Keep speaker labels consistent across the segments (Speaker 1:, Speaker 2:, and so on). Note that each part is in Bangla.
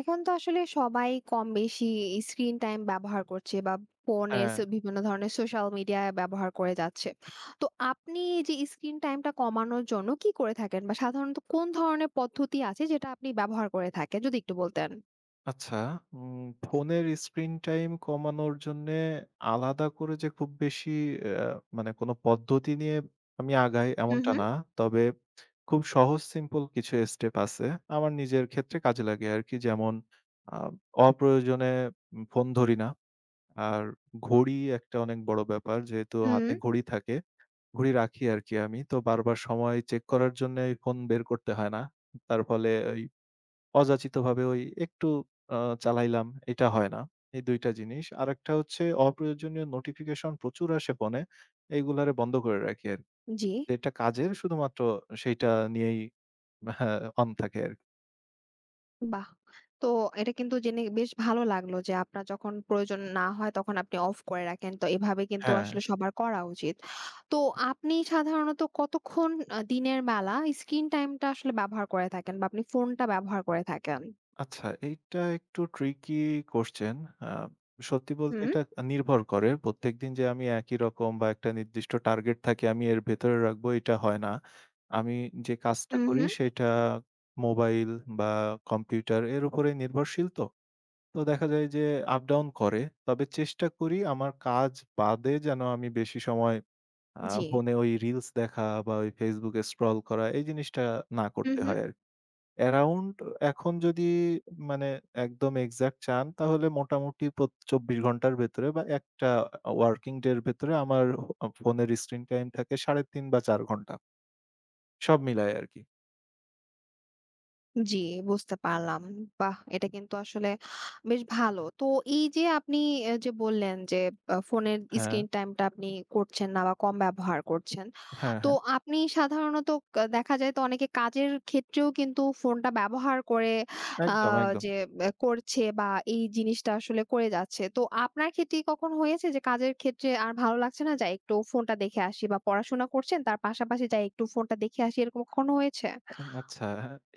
Speaker 1: এখন তো আসলে সবাই কম বেশি স্ক্রিন টাইম ব্যবহার করছে বা ফোনের
Speaker 2: হ্যাঁ,
Speaker 1: বিভিন্ন ধরনের সোশ্যাল মিডিয়া ব্যবহার করে যাচ্ছে। তো আপনি এই যে স্ক্রিন টাইমটা কমানোর জন্য কি করে থাকেন বা সাধারণত কোন ধরনের পদ্ধতি আছে যেটা আপনি ব্যবহার করে থাকেন, যদি একটু বলতেন।
Speaker 2: আচ্ছা, ফোনের স্ক্রিন টাইম কমানোর জন্যে আলাদা করে যে খুব বেশি অ্যা মানে কোনো পদ্ধতি নিয়ে আমি আগাই
Speaker 1: হুম,
Speaker 2: এমনটা
Speaker 1: হুম,
Speaker 2: না। তবে খুব সহজ সিম্পল কিছু স্টেপ আছে। আমার নিজের ক্ষেত্রে কাজে লাগে আরকি। যেমন আ অপ্রয়োজনে ফোন ধরি না। আর ঘড়ি একটা অনেক বড় ব্যাপার। যেহেতু
Speaker 1: হুম।
Speaker 2: হাতে ঘড়ি থাকে, ঘড়ি রাখি আরকি আমি। তো বারবার সময় চেক করার জন্যে ফোন বের করতে হয় না। তার ফলে ওই অযাচিতভাবে ওই একটু আ চালাইলাম, এটা হয় না। এই ২ টা জিনিস। আরেকটা হচ্ছে অপ্রয়োজনীয় নোটিফিকেশন প্রচুর আসে ফোনে। এইগুলারে বন্ধ করে রাখি আরকি।
Speaker 1: জি।
Speaker 2: যেটা কাজের শুধুমাত্র সেইটা নিয়েই হ্যাঁ, অন থাকে আরকি।
Speaker 1: বাহ! তো এটা কিন্তু জেনে বেশ ভালো লাগলো যে আপনার যখন প্রয়োজন না হয় তখন আপনি অফ করে রাখেন। তো এভাবে কিন্তু
Speaker 2: হ্যাঁ।
Speaker 1: আসলে সবার করা উচিত। তো আপনি সাধারণত কতক্ষণ দিনের বেলা স্ক্রিন টাইমটা আসলে ব্যবহার করে থাকেন বা আপনি ফোনটা ব্যবহার করে থাকেন?
Speaker 2: আচ্ছা, এইটা একটু tricky question. আ সত্যি বলতে
Speaker 1: হুম,
Speaker 2: এটা নির্ভর করে। প্রত্যেকদিন যে আমি একই রকম বা একটা নির্দিষ্ট টার্গেট থাকে আমি এর ভেতরে রাখবো এটা হয় না। আমি যে কাজটা
Speaker 1: হুম,
Speaker 2: করি
Speaker 1: হুম।
Speaker 2: সেটা মোবাইল বা কম্পিউটার এর উপরে নির্ভরশীল তো। তো দেখা যায় যে আপ ডাউন করে। তবে চেষ্টা করি আমার কাজ বাদে যেন আমি বেশি সময়
Speaker 1: জি।
Speaker 2: ফোনে ওই রিলস দেখা বা ওই Facebook এ স্ক্রল করা এই জিনিসটা না
Speaker 1: হুম,
Speaker 2: করতে
Speaker 1: হুম।
Speaker 2: হয় আরকি। অ্যারাউন্ড এখন যদি মানে একদম এক্সাক্ট চান তাহলে মোটামুটি প্রত ২৪ ঘন্টার ভেতরে বা একটা ওয়ার্কিং ডে এর ভেতরে আমার ফোনের স্ক্রিন টাইম থাকে ৩.৫ বা ৪ ঘন্টা। সব মিলায় আরকি।
Speaker 1: জি, বুঝতে পারলাম। বাহ! এটা কিন্তু আসলে বেশ ভালো। তো এই যে আপনি যে বললেন যে ফোনের
Speaker 2: হ্যাঁ,
Speaker 1: স্ক্রিন টাইমটা আপনি করছেন না বা কম ব্যবহার করছেন।
Speaker 2: হ্যাঁ,
Speaker 1: তো
Speaker 2: হ্যাঁ।
Speaker 1: আপনি সাধারণত দেখা যায় তো অনেকে কাজের ক্ষেত্রেও কিন্তু ফোনটা ব্যবহার করে আ
Speaker 2: একদম, একদম।
Speaker 1: যে করছে বা এই জিনিসটা আসলে করে যাচ্ছে। তো আপনার ক্ষেত্রে কি কখনো হয়েছে যে কাজের ক্ষেত্রে আর ভালো লাগছে না, যাই একটু ফোনটা দেখে আসি বা পড়াশোনা করছেন তার পাশাপাশি যাই একটু ফোনটা দেখে আসি, এরকম কখনো হয়েছে?
Speaker 2: ও আচ্ছা।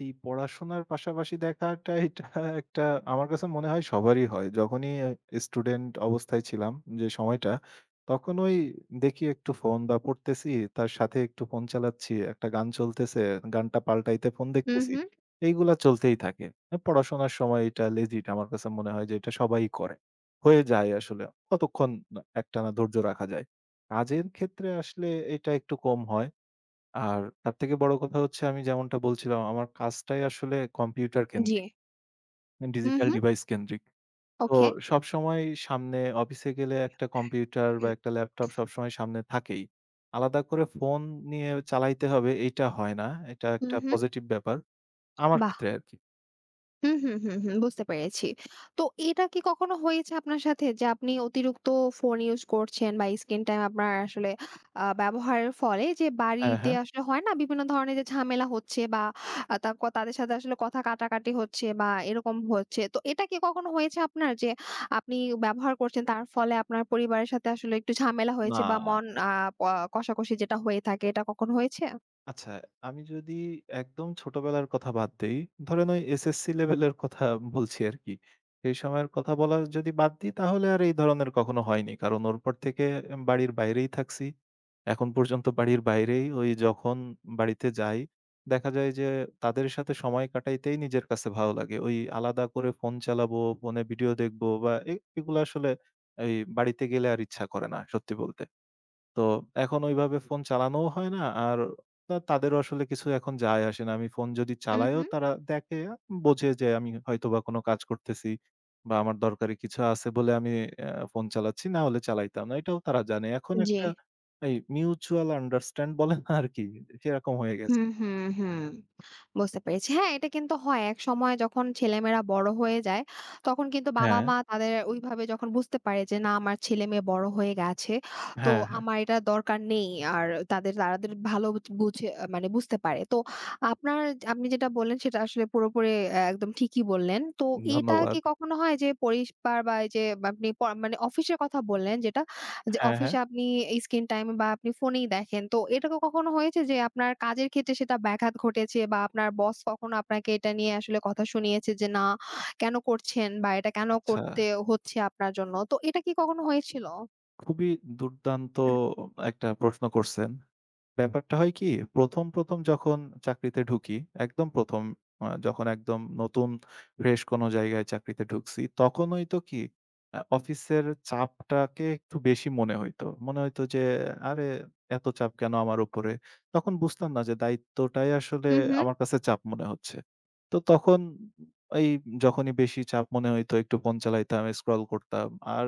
Speaker 2: এই পড়াশোনার পাশাপাশি দেখাটা এটা একটা আমার কাছে মনে হয় সবারই হয়। যখনই স্টুডেন্ট অবস্থায় ছিলাম যে সময়টা, তখন ওই দেখি একটু ফোন বা পড়তেছি, তার সাথে একটু ফোন চালাচ্ছি, একটা গান চলতেছে, গানটা পাল্টাইতে ফোন
Speaker 1: হুম,
Speaker 2: দেখতেছি।
Speaker 1: হুম।
Speaker 2: এইগুলা চলতেই থাকে। পড়াশোনার সময় এটা লেজিট আমার কাছে মনে হয় যে এটা সবাই করে। হয়ে যায় আসলে। কতক্ষণ না একটানা ধৈর্য রাখা যায়। কাজের ক্ষেত্রে আসলে এটা একটু কম হয়। আর তার থেকে বড় কথা হচ্ছে আমি যেমনটা বলছিলাম আমার কাজটাই আসলে কম্পিউটার
Speaker 1: জি।
Speaker 2: কেন্দ্রিক,
Speaker 1: হুম,
Speaker 2: ডিজিটাল
Speaker 1: হুম।
Speaker 2: ডিভাইস কেন্দ্রিক। তো
Speaker 1: ওকে।
Speaker 2: সবসময় সামনে অফিসে গেলে একটা কম্পিউটার বা একটা ল্যাপটপ সবসময় সামনে থাকেই। আলাদা করে ফোন নিয়ে চালাইতে হবে এইটা হয় না। এটা
Speaker 1: হুম,
Speaker 2: একটা
Speaker 1: হুম।
Speaker 2: পজিটিভ ব্যাপার। আমার
Speaker 1: বাহ!
Speaker 2: ক্ষেত্রে আরকি।
Speaker 1: হুম, হুম, হুম, হুম। বুঝতে পেরেছি। তো এটা কি কখনো হয়েছে আপনার সাথে যে আপনি অতিরিক্ত ফোন ইউজ করছেন বা স্ক্রিন টাইম আপনার আসলে ব্যবহারের ফলে যে
Speaker 2: হ্যাঁ,
Speaker 1: বাড়িতে
Speaker 2: হ্যাঁ।
Speaker 1: আসলে হয় না বিভিন্ন ধরনের যে ঝামেলা হচ্ছে বা আ তা ক তাদের সাথে আসলে কথা কাটাকাটি হচ্ছে বা এরকম হচ্ছে। তো এটা কি কখনো হয়েছে আপনার যে আপনি ব্যবহার করছেন তার ফলে আপনার পরিবারের সাথে আসলে একটু ঝামেলা হয়েছে
Speaker 2: না।
Speaker 1: বা মন আ প কষাকষি যেটা হয়ে থাকে, এটা কখনো হয়েছে?
Speaker 2: আচ্ছা, আমি যদি একদম ছোটবেলার কথা বাদ দেই, ধরেন ওই এসএসসি লেভেলের কথা বলছি আরকি। সেই সময়ের কথা বলা যদি বাদ দিই তাহলে আর এই ধরনের কখনো হয়নি। কারণ ওর পর থেকে বাড়ির বাইরেই থাকছি। এখন পর্যন্ত বাড়ির বাইরেই ওই যখন বাড়িতে যাই, দেখা যায় যে তাদের সাথে সময় কাটাইতেই নিজের কাছে ভালো লাগে। ওই আলাদা করে ফোন চালাবো, ফোনে ভিডিও দেখবো বা এগুলো আসলে এই বাড়িতে গেলে আর ইচ্ছা করে না সত্যি বলতে। তো এখন ওইভাবে ফোন চালানোও হয় না। আর তাদেরও আসলে কিছু এখন যায় আসে না। আমি ফোন যদি
Speaker 1: হুম,
Speaker 2: চালাইও
Speaker 1: হুম।
Speaker 2: তারা দেখে, বোঝে যে আমি হয়তোবা কোনো কাজ করতেছি বা আমার দরকারি কিছু আছে বলে আমি ফোন চালাচ্ছি, না হলে চালাইতাম না। এটাও তারা জানে। এখন
Speaker 1: জি।
Speaker 2: একটা এই মিউচুয়াল আন্ডারস্ট্যান্ড বলে না আরকি, সেরকম হয়ে গেছে।
Speaker 1: হুম, হুম, হুম। বুঝতে পেরেছি। হ্যাঁ, এটা কিন্তু হয়। একসময় যখন ছেলেমেয়েরা বড় হয়ে যায়, তখন কিন্তু
Speaker 2: হ্যাঁ,
Speaker 1: বাবা-মা তাদের ওইভাবে যখন বুঝতে পারে যে, "না, আমার ছেলেমেয়ে বড় হয়ে গেছে। তো
Speaker 2: হ্যাঁ, হ্যাঁ,
Speaker 1: আমার এটা দরকার নেই।" আর তাদের তাদের ভালো বুঝে, মানে বুঝতে পারে। তো আপনার আপনি যেটা বললেন, সেটা আসলে পুরোপুরি একদম ঠিকই বললেন। তো এটা কি
Speaker 2: ধন্যবাদ।
Speaker 1: কখনো হয় যে পরিবার বা এই যে আপনি মানে অফিসের কথা বললেন যেটা, যে
Speaker 2: হ্যাঁ, হ্যাঁ।
Speaker 1: অফিসে আপনি এই স্ক্রিন টাইম বা আপনি ফোনেই দেখেন। তো এটা কি কখনো হয়েছে যে আপনার কাজের ক্ষেত্রে সেটা ব্যাঘাত ঘটেছে বা আপনার বস কখনো আপনাকে এটা নিয়ে আসলে কথা শুনিয়েছে যে না কেন করছেন বা এটা কেন
Speaker 2: আচ্ছা,
Speaker 1: করতে হচ্ছে আপনার জন্য। তো এটা কি কখনো হয়েছিল?
Speaker 2: খুবই দুর্দান্ত একটা প্রশ্ন করছেন। ব্যাপারটা হয় কি, ১ম যখন চাকরিতে ঢুকি, একদম ১ম যখন একদম নতুন ফ্রেশ কোনো জায়গায় চাকরিতে ঢুকছি, তখন হইতো কি, অফিসের চাপটাকে একটু বেশি মনে হইতো। মনে হইতো যে, "আরে এত চাপ কেন আমার উপরে?" তখন বুঝতাম না যে দায়িত্বটাই আসলে
Speaker 1: হুম, হুম।
Speaker 2: আমার কাছে চাপ মনে হচ্ছে। তো তখন এই যখনই বেশি চাপ মনে হইতো, একটু ফোন চালাইতাম, স্ক্রল করতাম। আর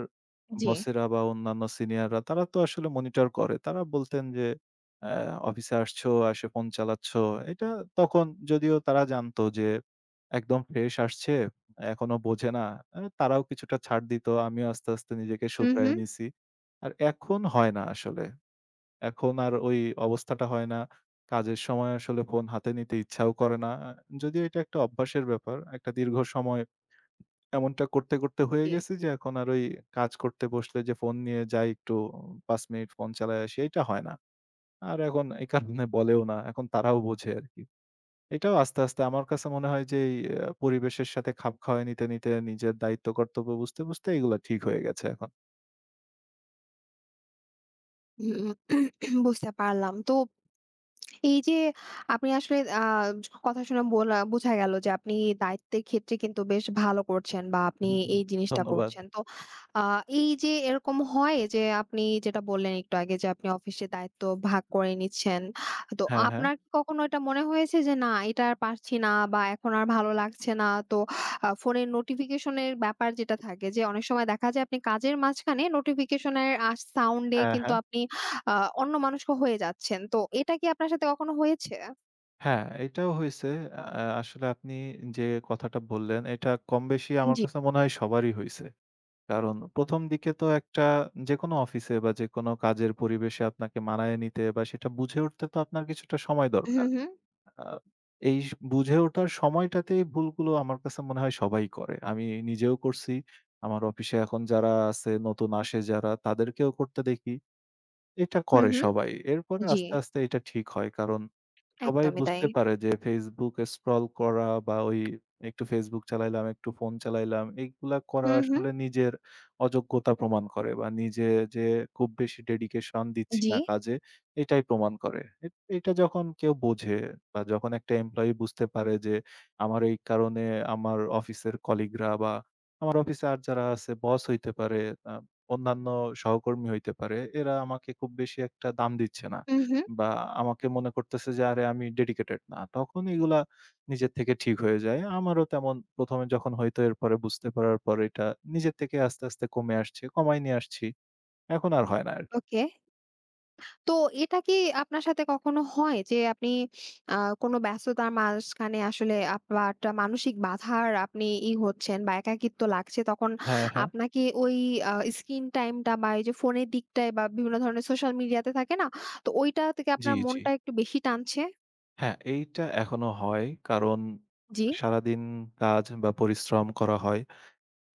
Speaker 1: জি।
Speaker 2: বসেরা বা অন্যান্য সিনিয়ররা তারা তো আসলে মনিটর করে। তারা বলতেন যে অ্যা অফিসে আসছো, এসে ফোন চালাচ্ছ। এটা তখন যদিও তারা জানতো যে একদম ফ্রেশ আসছে, এখনো বোঝে না। তারাও কিছুটা ছাড় দিত। আমিও আস্তে, আস্তে নিজেকে
Speaker 1: হুম,
Speaker 2: শুধরায়
Speaker 1: হুম।
Speaker 2: নিছি। আর এখন হয় না আসলে। এখন আর ওই অবস্থাটা হয় না। কাজের সময় আসলে ফোন হাতে নিতে ইচ্ছাও করে না। যদিও এটা একটা অভ্যাসের ব্যাপার। একটা দীর্ঘ সময় এমনটা করতে, করতে হয়ে
Speaker 1: জি।
Speaker 2: গেছি যে এখন আর ওই কাজ করতে বসলে যে ফোন নিয়ে যাই একটু ৫ মিনিট ফোন চালায় আসি, এটা হয় না। আর এখন এই কারণে বলেও না। এখন তারাও বোঝে আরকি। এটাও আস্তে, আস্তে আমার কাছে মনে হয় যে এই পরিবেশের সাথে খাপ খাওয়ায় নিতে, নিতে নিজের দায়িত্ব কর্তব্য বুঝতে, বুঝতে এগুলা ঠিক হয়ে গেছে এখন।
Speaker 1: হুম, বুঝতে পারলাম। তো এই যে আপনি আসলে কথা শুনে বোঝা গেল যে আপনি দায়িত্বের ক্ষেত্রে কিন্তু বেশ ভালো করছেন বা আপনি
Speaker 2: হুম,
Speaker 1: এই জিনিসটা
Speaker 2: ধন্যবাদ।
Speaker 1: করছেন। তো আ এই যে এরকম হয় যে আপনি যেটা বললেন একটু আগে, যে আপনি অফিসে দায়িত্ব ভাগ করে নিচ্ছেন। তো
Speaker 2: হ্যাঁ, হ্যাঁ।
Speaker 1: আপনার কি কখনো এটা মনে হয়েছে যে না এটা আর পারছি না বা এখন আর ভালো লাগছে না। তো ফোনের নোটিফিকেশন এর ব্যাপার যেটা থাকে যে অনেক সময় দেখা যায় আপনি কাজের মাঝখানে নোটিফিকেশন এর সাউন্ড এ
Speaker 2: হ্যাঁ,
Speaker 1: কিন্তু
Speaker 2: হ্যাঁ।
Speaker 1: আপনি আ অন্যমনস্ক হয়ে যাচ্ছেন। তো এটা কি আপনার সাথে কখনো হয়েছে?
Speaker 2: হ্যাঁ, এটাও হইছে। আসলে আপনি যে কথাটা বললেন এটা কম বেশি আমার
Speaker 1: জি।
Speaker 2: কাছে মনে হয় সবারই হইছে। কারণ ১ম দিকে তো একটা যেকোনো অফিসে বা যেকোনো কাজের পরিবেশে আপনাকে মানায় নিতে বা সেটা বুঝে উঠতে তো আপনার কিছুটা সময়
Speaker 1: হুম,
Speaker 2: দরকার।
Speaker 1: হুম।
Speaker 2: আ এই বুঝে ওঠার সময়টাতেই ভুলগুলো আমার কাছে মনে হয় সবাই করে। আমি নিজেও করছি। আমার অফিসে এখন যারা আছে, নতুন আসে যারা, তাদেরকেও করতে দেখি। এটা
Speaker 1: হুম,
Speaker 2: করে
Speaker 1: হুম।
Speaker 2: সবাই। এরপরে
Speaker 1: জি।
Speaker 2: আস্তে, আস্তে এটা ঠিক হয়। কারণ সবাই
Speaker 1: একদমই তাই।
Speaker 2: বুঝতে পারে যে Facebook স্ক্রল করা বা ওই একটু Facebook চালাইলাম, একটু ফোন চালাইলাম। এইগুলা করা
Speaker 1: হুম, হুম।
Speaker 2: আসলে নিজের অযোগ্যতা প্রমাণ করে বা নিজে যে খুব বেশি ডেডিকেশন দিচ্ছি
Speaker 1: জি।
Speaker 2: না কাজে, এটাই প্রমাণ করে। এটা যখন কেউ বোঝে বা যখন একটা এমপ্লয়ি বুঝতে পারে যে আমার এই কারণে আমার অফিসের কলিগরা বা আমার অফিসে আর যারা আছে বস হইতে পারে, আ অন্যান্য সহকর্মী হইতে পারে, এরা আমাকে খুব বেশি একটা দাম দিচ্ছে না।
Speaker 1: হুম, হুম।
Speaker 2: বা আমাকে মনে করতেছে যে আরে আমি ডেডিকেটেড না। তখন এগুলা নিজের থেকে ঠিক হয়ে যায়। আমারও তেমন ১ম এ যখন হইতো এরপরে বুঝতে পারার পর এটা নিজের থেকে আস্তে, আস্তে কমে আসছে, কমায় নিয়ে আসছি। এখন আর হয় না আরকি।
Speaker 1: ওকে। তো এটা কি আপনার সাথে কখনো হয় যে আপনি আ কোনো ব্যস্ততার মাঝখানে আসলে আপনার একটা মানসিক বাধার আপনি ই হচ্ছেন বা একাকিত্ব লাগছে, তখন
Speaker 2: হ্যাঁ, হ্যাঁ।
Speaker 1: আপনাকে ওই আ স্ক্রিন টাইমটা বা এই যে ফোনের দিকটায় বা বিভিন্ন ধরনের সোশ্যাল মিডিয়াতে থাকে না? তো ওইটা থেকে
Speaker 2: জি,
Speaker 1: আপনার
Speaker 2: জি।
Speaker 1: মনটা একটু বেশি টানছে?
Speaker 2: হ্যাঁ, এইটা এখনো হয়। কারণ
Speaker 1: জি।
Speaker 2: সারাদিন কাজ বা পরিশ্রম করা হয়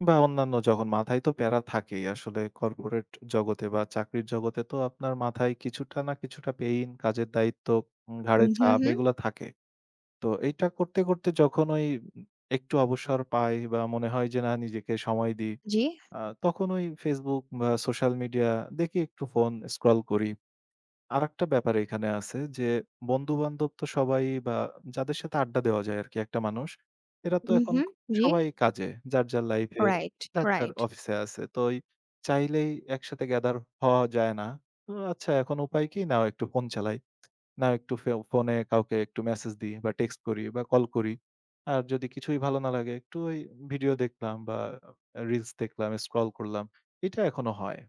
Speaker 2: বা অন্যান্য যখন মাথায় তো প্যারা থাকেই। আসলে কর্পোরেট জগতে বা চাকরির জগতে তো আপনার মাথায় কিছুটা না কিছুটা পেইন, কাজের দায়িত্ব, ঘাড়ে
Speaker 1: হুম, হুম,
Speaker 2: চাপ
Speaker 1: হুম।
Speaker 2: এগুলা থাকে। তো এইটা করতে, করতে যখন ওই একটু অবসর পাই বা মনে হয় যে না নিজেকে সময় দিই,
Speaker 1: জি।
Speaker 2: আ তখন ওই Facebook বা সোশ্যাল মিডিয়া দেখি একটু ফোন স্ক্রল করি। আরেকটা ব্যাপার এখানে আছে যে বন্ধু-বান্ধব তো সবাই বা যাদের সাথে আড্ডা দেওয়া যায় আরকি একটা মানুষ, এরা তো
Speaker 1: হুম,
Speaker 2: এখন
Speaker 1: হুম। জি।
Speaker 2: সবাই কাজে, যার, যার লাইফে,
Speaker 1: রাইট,
Speaker 2: যার, যার
Speaker 1: রাইট।
Speaker 2: অফিসে আছে। তো ওই চাইলেই একসাথে গ্যাদার হওয়া যায় না। তো আচ্ছা এখন উপায় কি? নাও একটু ফোন চালাই। না একটু ফোনে কাউকে একটু মেসেজ দিই বা টেক্সট করি বা কল করি। আর যদি কিছুই ভালো না লাগে একটু ওই ভিডিও দেখলাম বা রিলস দেখলাম, স্ক্রল করলাম। এটা এখনো হয়।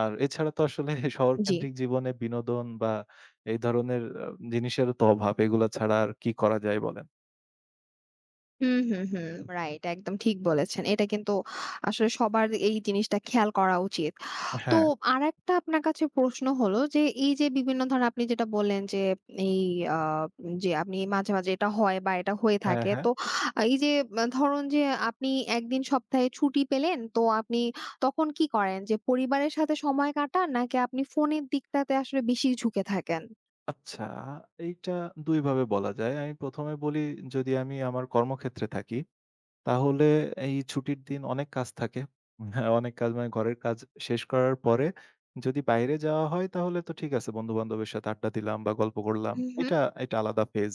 Speaker 2: আর এছাড়া তো আসলে
Speaker 1: জি।
Speaker 2: শহরকেন্দ্রিক জীবনে বিনোদন বা এই ধরনের জিনিসের তো অভাব। এগুলা ছাড়া আর কি করা যায় বলেন?
Speaker 1: হুম, হুম, হুম। রাইট, একদম ঠিক বলেছেন। এটা কিন্তু আসলে সবার এই জিনিসটা খেয়াল করা উচিত। তো
Speaker 2: হ্যাঁ,
Speaker 1: আরেকটা আপনার কাছে প্রশ্ন হলো যে, এই যে বিভিন্ন ধরনের আপনি যেটা বললেন যে, এই আ যে আপনি মাঝে, মাঝে এটা হয় বা এটা হয়ে
Speaker 2: হ্যাঁ,
Speaker 1: থাকে।
Speaker 2: হ্যাঁ।
Speaker 1: তো এই যে ধরুন যে আপনি একদিন সপ্তাহে ছুটি পেলেন, তো আপনি তখন কি করেন? যে পরিবারের সাথে সময় কাটান নাকি আপনি ফোনের দিকটাতে আসলে বেশি ঝুঁকে থাকেন?
Speaker 2: আচ্ছা এইটা ২ ভাবে বলা যায়। আমি ১ম এ বলি যদি আমি আমার কর্মক্ষেত্রে থাকি তাহলে এই ছুটির দিন অনেক কাজ থাকে। হ্যাঁ, অনেক কাজ মানে ঘরের কাজ শেষ করার পরে যদি বাইরে যাওয়া হয় তাহলে তো ঠিক আছে বন্ধু-বান্ধবের সাথে আড্ডা দিলাম বা গল্প করলাম।
Speaker 1: হুম, হুম।
Speaker 2: এটা, এটা আলাদা ফেজ।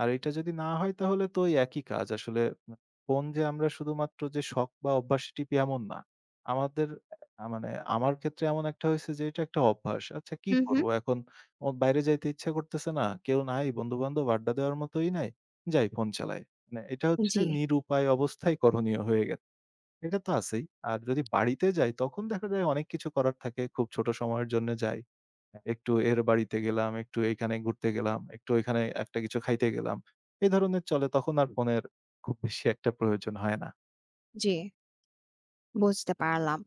Speaker 2: আর এটা যদি না হয় তাহলে তো ওই একই কাজ। আসলে মা ফোন যে আমরা শুধুমাত্র যে শখ বা অভ্যাসে টিপি এমন না। আমাদের মানে আমার ক্ষেত্রে এমন একটা হয়েছে যে এটা একটা অভ্যাস। আচ্ছা কি
Speaker 1: হুম, হুম।
Speaker 2: করব এখন? ও বাইরে যাইতে ইচ্ছা করতেছে না। কেউ নাই বন্ধু-বান্ধব আড্ডা দেওয়ার মতোই নাই। যাই ফোন চালাই। মানে এটা হচ্ছে
Speaker 1: জি।
Speaker 2: নিরুপায় অবস্থায় করণীয় হয়ে গেছে। এটা তো আছেই। আর যদি বাড়িতে যাই তখন দেখা যায় অনেক কিছু করার থাকে। খুব ছোট সময়ের জন্য যাই। একটু এর বাড়িতে গেলাম, একটু এইখানে ঘুরতে গেলাম, একটু ওইখানে একটা কিছু খাইতে গেলাম। এ ধরনের চলে তখন আর ফোনের খুব বেশি একটা প্রয়োজন হয় না।
Speaker 1: জি, বুঝতে পারলাম।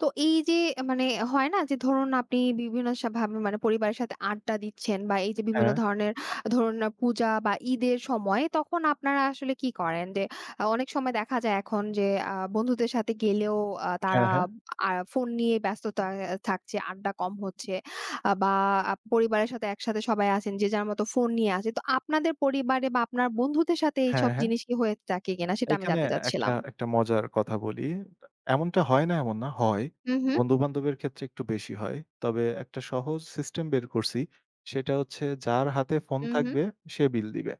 Speaker 1: তো এই যে মানে হয় না যে ধরুন আপনি বিভিন্ন ভাবে মানে পরিবারের সাথে আড্ডা দিচ্ছেন বা এই যে বিভিন্ন
Speaker 2: হ্যাঁ,
Speaker 1: ধরনের ধরুন পূজা বা ঈদের সময় তখন আপনারা আসলে কি করেন? যে অনেক সময় দেখা যায় এখন যে বন্ধুদের সাথে গেলেও
Speaker 2: হ্যাঁ,
Speaker 1: তারা
Speaker 2: হ্যাঁ।
Speaker 1: ফোন নিয়ে ব্যস্ততা থাকছে, আড্ডা কম হচ্ছে বা পরিবারের সাথে একসাথে সবাই আছেন যে যার মতো ফোন নিয়ে আছে। তো আপনাদের পরিবারে বা আপনার বন্ধুদের সাথে এইসব
Speaker 2: হ্যাঁ, হ্যাঁ।
Speaker 1: জিনিস কি হয়ে থাকে কিনা, সেটা আমি
Speaker 2: এইখানে
Speaker 1: জানতে
Speaker 2: একটা,
Speaker 1: চাচ্ছিলাম?
Speaker 2: একটা মজার কথা বলি। এমনটা হয় না এমন না, হয়।
Speaker 1: হু, হু,
Speaker 2: বন্ধু-বান্ধবের ক্ষেত্রে একটু বেশি হয়। তবে একটা সহজ সিস্টেম বের করছি। সেটা হচ্ছে যার হাতে ফোন
Speaker 1: হু, হু।
Speaker 2: থাকবে সে বিল দিবে।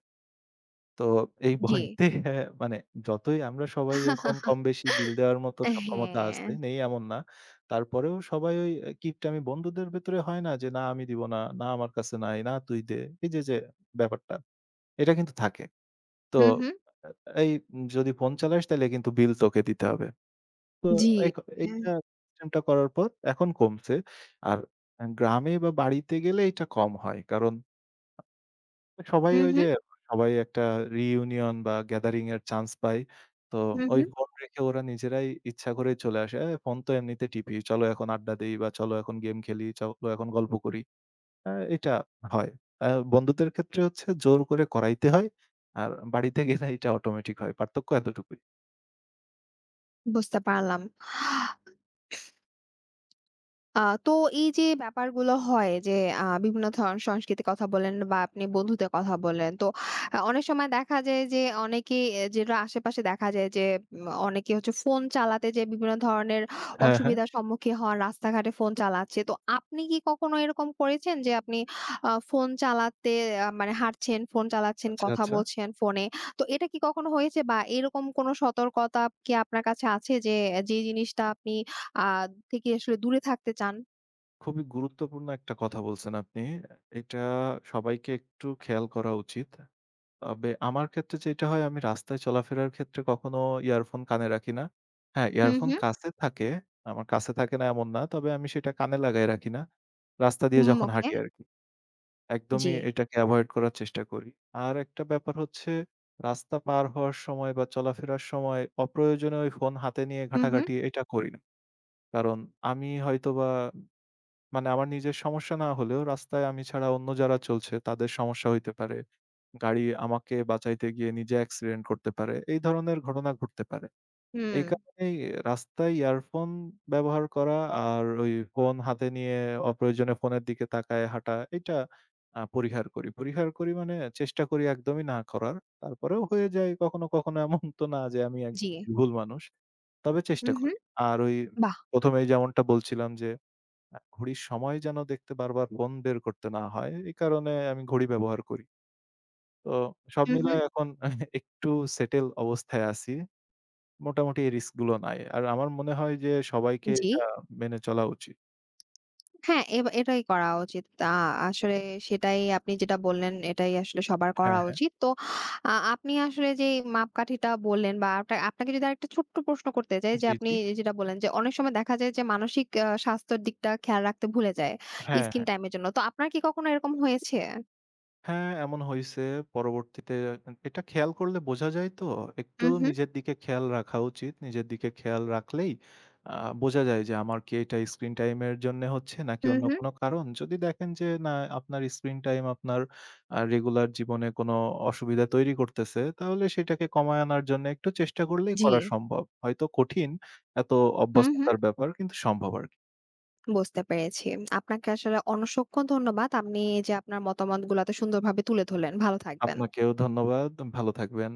Speaker 2: তো এই
Speaker 1: জি।
Speaker 2: ভয়তে হ্যাঁ, মানে যতই আমরা সবাই এখন কম-বেশি বিল দেওয়ার মতো সক্ষমতা আছে,
Speaker 1: হ্যাঁ।
Speaker 2: নেই এমন না। তারপরেও সবাই ওই কিপটামি বন্ধুদের ভেতরে হয় না যে, "না আমি দিব না, না আমার কাছে নাই, না তুই দে।" এই যে, যে ব্যাপারটা, এটা কিন্তু থাকে। তো
Speaker 1: হু, হু।
Speaker 2: আ এই যদি ফোন চালাস তাইলে কিন্তু বিল তোকে দিতে হবে। তো
Speaker 1: জি।
Speaker 2: এখ
Speaker 1: হ্যাঁ।
Speaker 2: এইটা সিস্টেমটা করার পর এখন কমছে। আর গ্রামে বা বাড়িতে গেলে এটা কম হয়। কারণ সবাই
Speaker 1: হু,
Speaker 2: ওই
Speaker 1: হু।
Speaker 2: যে সবাই একটা রিইউনিয়ন বা গ্যাদারিং এর চান্স পায়। তো
Speaker 1: হু,
Speaker 2: ওই
Speaker 1: হু।
Speaker 2: ফোন রেখে ওরা নিজেরাই ইচ্ছা করেই চলে আসে। এ ফোন তো এমনিতে টিপি। চলো এখন আড্ডা দেই বা চলো এখন গেম খেলি, চলো এখন গল্প করি। এটা হয়। আ বন্ধুদের ক্ষেত্রে হচ্ছে জোর করে করাইতে হয়। আর বাড়িতে গেলে এটা অটোমেটিক হয়। পার্থক্য এতটুকুই।
Speaker 1: বুঝতে পারলাম। আ তো এই যে ব্যাপারগুলো হয় যে বিভিন্ন ধরনের সংস্কৃতির কথা বললেন বা আপনি বন্ধুদের কথা বললেন। তো অনেক সময় দেখা যায় যে অনেকেই যেটা আশেপাশে দেখা যায় যে অনেকে হচ্ছে ফোন চালাতে যেয়ে বিভিন্ন ধরনের
Speaker 2: হ্যাঁ, হ্যাঁ।
Speaker 1: অসুবিধার সম্মুখীন হন, রাস্তাঘাটে ফোন চালাচ্ছে। তো আপনি কি কখনো এরকম করেছেন যে আপনি ফোন চালাতে মানে হাঁটছেন, ফোন চালাচ্ছেন,
Speaker 2: আচ্ছা,
Speaker 1: কথা
Speaker 2: আচ্ছা।
Speaker 1: বলছেন ফোনে। তো এটা কি কখনো হয়েছে বা এরকম কোনো সতর্কতা কি আপনার কাছে আছে যে, যে জিনিসটা আপনি আ থেকে আসলে দূরে থাকতে চান।
Speaker 2: খুবই গুরুত্বপূর্ণ একটা কথা বলছেন আপনি। এটা সবাইকে একটু খেয়াল করা উচিত। তবে আমার ক্ষেত্রে যেটা হয় আমি রাস্তায় চলাফেরার ক্ষেত্রে কখনো ইয়ারফোন কানে রাখি না। হ্যাঁ,
Speaker 1: হুম,
Speaker 2: ইয়ারফোন
Speaker 1: হুম।
Speaker 2: কাছে থাকে। আমার কাছে থাকে না এমন না। তবে আমি সেটা কানে লাগায় রাখি না। রাস্তা দিয়ে
Speaker 1: হুম,
Speaker 2: যখন
Speaker 1: ওকে।
Speaker 2: হাঁটি আরকি।
Speaker 1: জি।
Speaker 2: একদমই এটাকে এভয়েড করার চেষ্টা করি। আর একটা ব্যাপার হচ্ছে রাস্তা পার হওয়ার সময় বা চলাফেরার সময় অপ্রয়োজনে ওই ফোন হাতে নিয়ে
Speaker 1: হুম, হুম।
Speaker 2: ঘাটাঘাটি এটা করি না। কারণ আমি হয়তোবা মানে আমার নিজের সমস্যা না হলেও রাস্তায় আমি ছাড়া অন্য যারা চলছে তাদের সমস্যা হইতে পারে। গাড়ি আমাকে বাঁচাইতে গিয়ে নিজে অ্যাক্সিডেন্ট করতে পারে। এই ধরনের ঘটনা ঘটতে পারে।
Speaker 1: হুম।
Speaker 2: এই কারণেই রাস্তায় ইয়ারফোন ব্যবহার করা আর ওই ফোন হাতে নিয়ে অপ্রয়োজনে ফোনের দিকে তাকায় হাঁটা এটা পরিহার করি। পরিহার করি মানে চেষ্টা করি একদমই না করার। তারপরেও হয়ে যায় কখনো, কখনো এমন তো না যে আমি
Speaker 1: জি।
Speaker 2: ভুল মানুষ। তবে
Speaker 1: হুম,
Speaker 2: চেষ্টা
Speaker 1: হুম।
Speaker 2: করি। আর ওই
Speaker 1: বাহ!
Speaker 2: ১ম এই যেমনটা বলছিলাম যে ঘড়ির সময় যেন দেখতে বারবার ফোন বের করতে না হয়। এই কারণে আমি ঘড়ি ব্যবহার করি। তো সব
Speaker 1: হুম, হুম।
Speaker 2: মিলায় এখন একটু সেটেল অবস্থায় আছি। মোটামুটি এই রিস্ক গুলো নাই। আর আমার মনে হয় যে সবাইকে
Speaker 1: জি।
Speaker 2: এটা মেনে চলা উচিত।
Speaker 1: হ্যাঁ, এটাই করা উচিত। আ আসলে সেটাই আপনি যেটা বললেন, এটাই আসলে সবার করা
Speaker 2: হ্যাঁ, হ্যাঁ।
Speaker 1: উচিত। তো আপনি আসলে যেই মাপকাঠিটা বললেন বা আপনাকে যদি আরেকটা ছোট্ট প্রশ্ন করতে চাই, যে
Speaker 2: জি,
Speaker 1: আপনি
Speaker 2: জি।
Speaker 1: যেটা বললেন যে অনেক সময় দেখা যায় যে মানসিক স্বাস্থ্যের দিকটা খেয়াল রাখতে ভুলে যায়
Speaker 2: হ্যাঁ,
Speaker 1: স্ক্রিন
Speaker 2: হ্যাঁ।
Speaker 1: টাইম এর জন্য। তো আপনার কি কখনো এরকম হয়েছে?
Speaker 2: হ্যাঁ, এমন হইছে। পরবর্তীতে এটা খেয়াল করলে বোঝা যায় তো? একটু
Speaker 1: হুম, হুম।
Speaker 2: নিজের দিকে খেয়াল রাখা উচিত। নিজের দিকে খেয়াল রাখলেই আ বোঝা যায় যে আমার কি এটা স্ক্রিন টাইম এর জন্যে হচ্ছে নাকি
Speaker 1: হুম,
Speaker 2: অন্য
Speaker 1: হুম।
Speaker 2: কোনো কারণ। যদি দেখেন যে না আপনার স্ক্রিন টাইম আপনার রেগুলার জীবনে কোনো অসুবিধা তৈরি করতেছে, তাহলে সেটাকে কমায় আনার জন্য একটু চেষ্টা করলেই
Speaker 1: জি।
Speaker 2: করা সম্ভব। হয়তো কঠিন, এত
Speaker 1: হুম, হুম।
Speaker 2: অভ্যস্ততার ব্যাপার কিন্তু সম্ভব আরকি।
Speaker 1: বুঝতে পেরেছি। আপনাকে আসলে অসংখ্য ধন্যবাদ। আপনি এই যে আপনার মতামতগুলো এত সুন্দরভাবে তুলে ধরলেন। ভালো থাকবেন।
Speaker 2: আপনাকেও ধন্যবাদ। ভালো থাকবেন।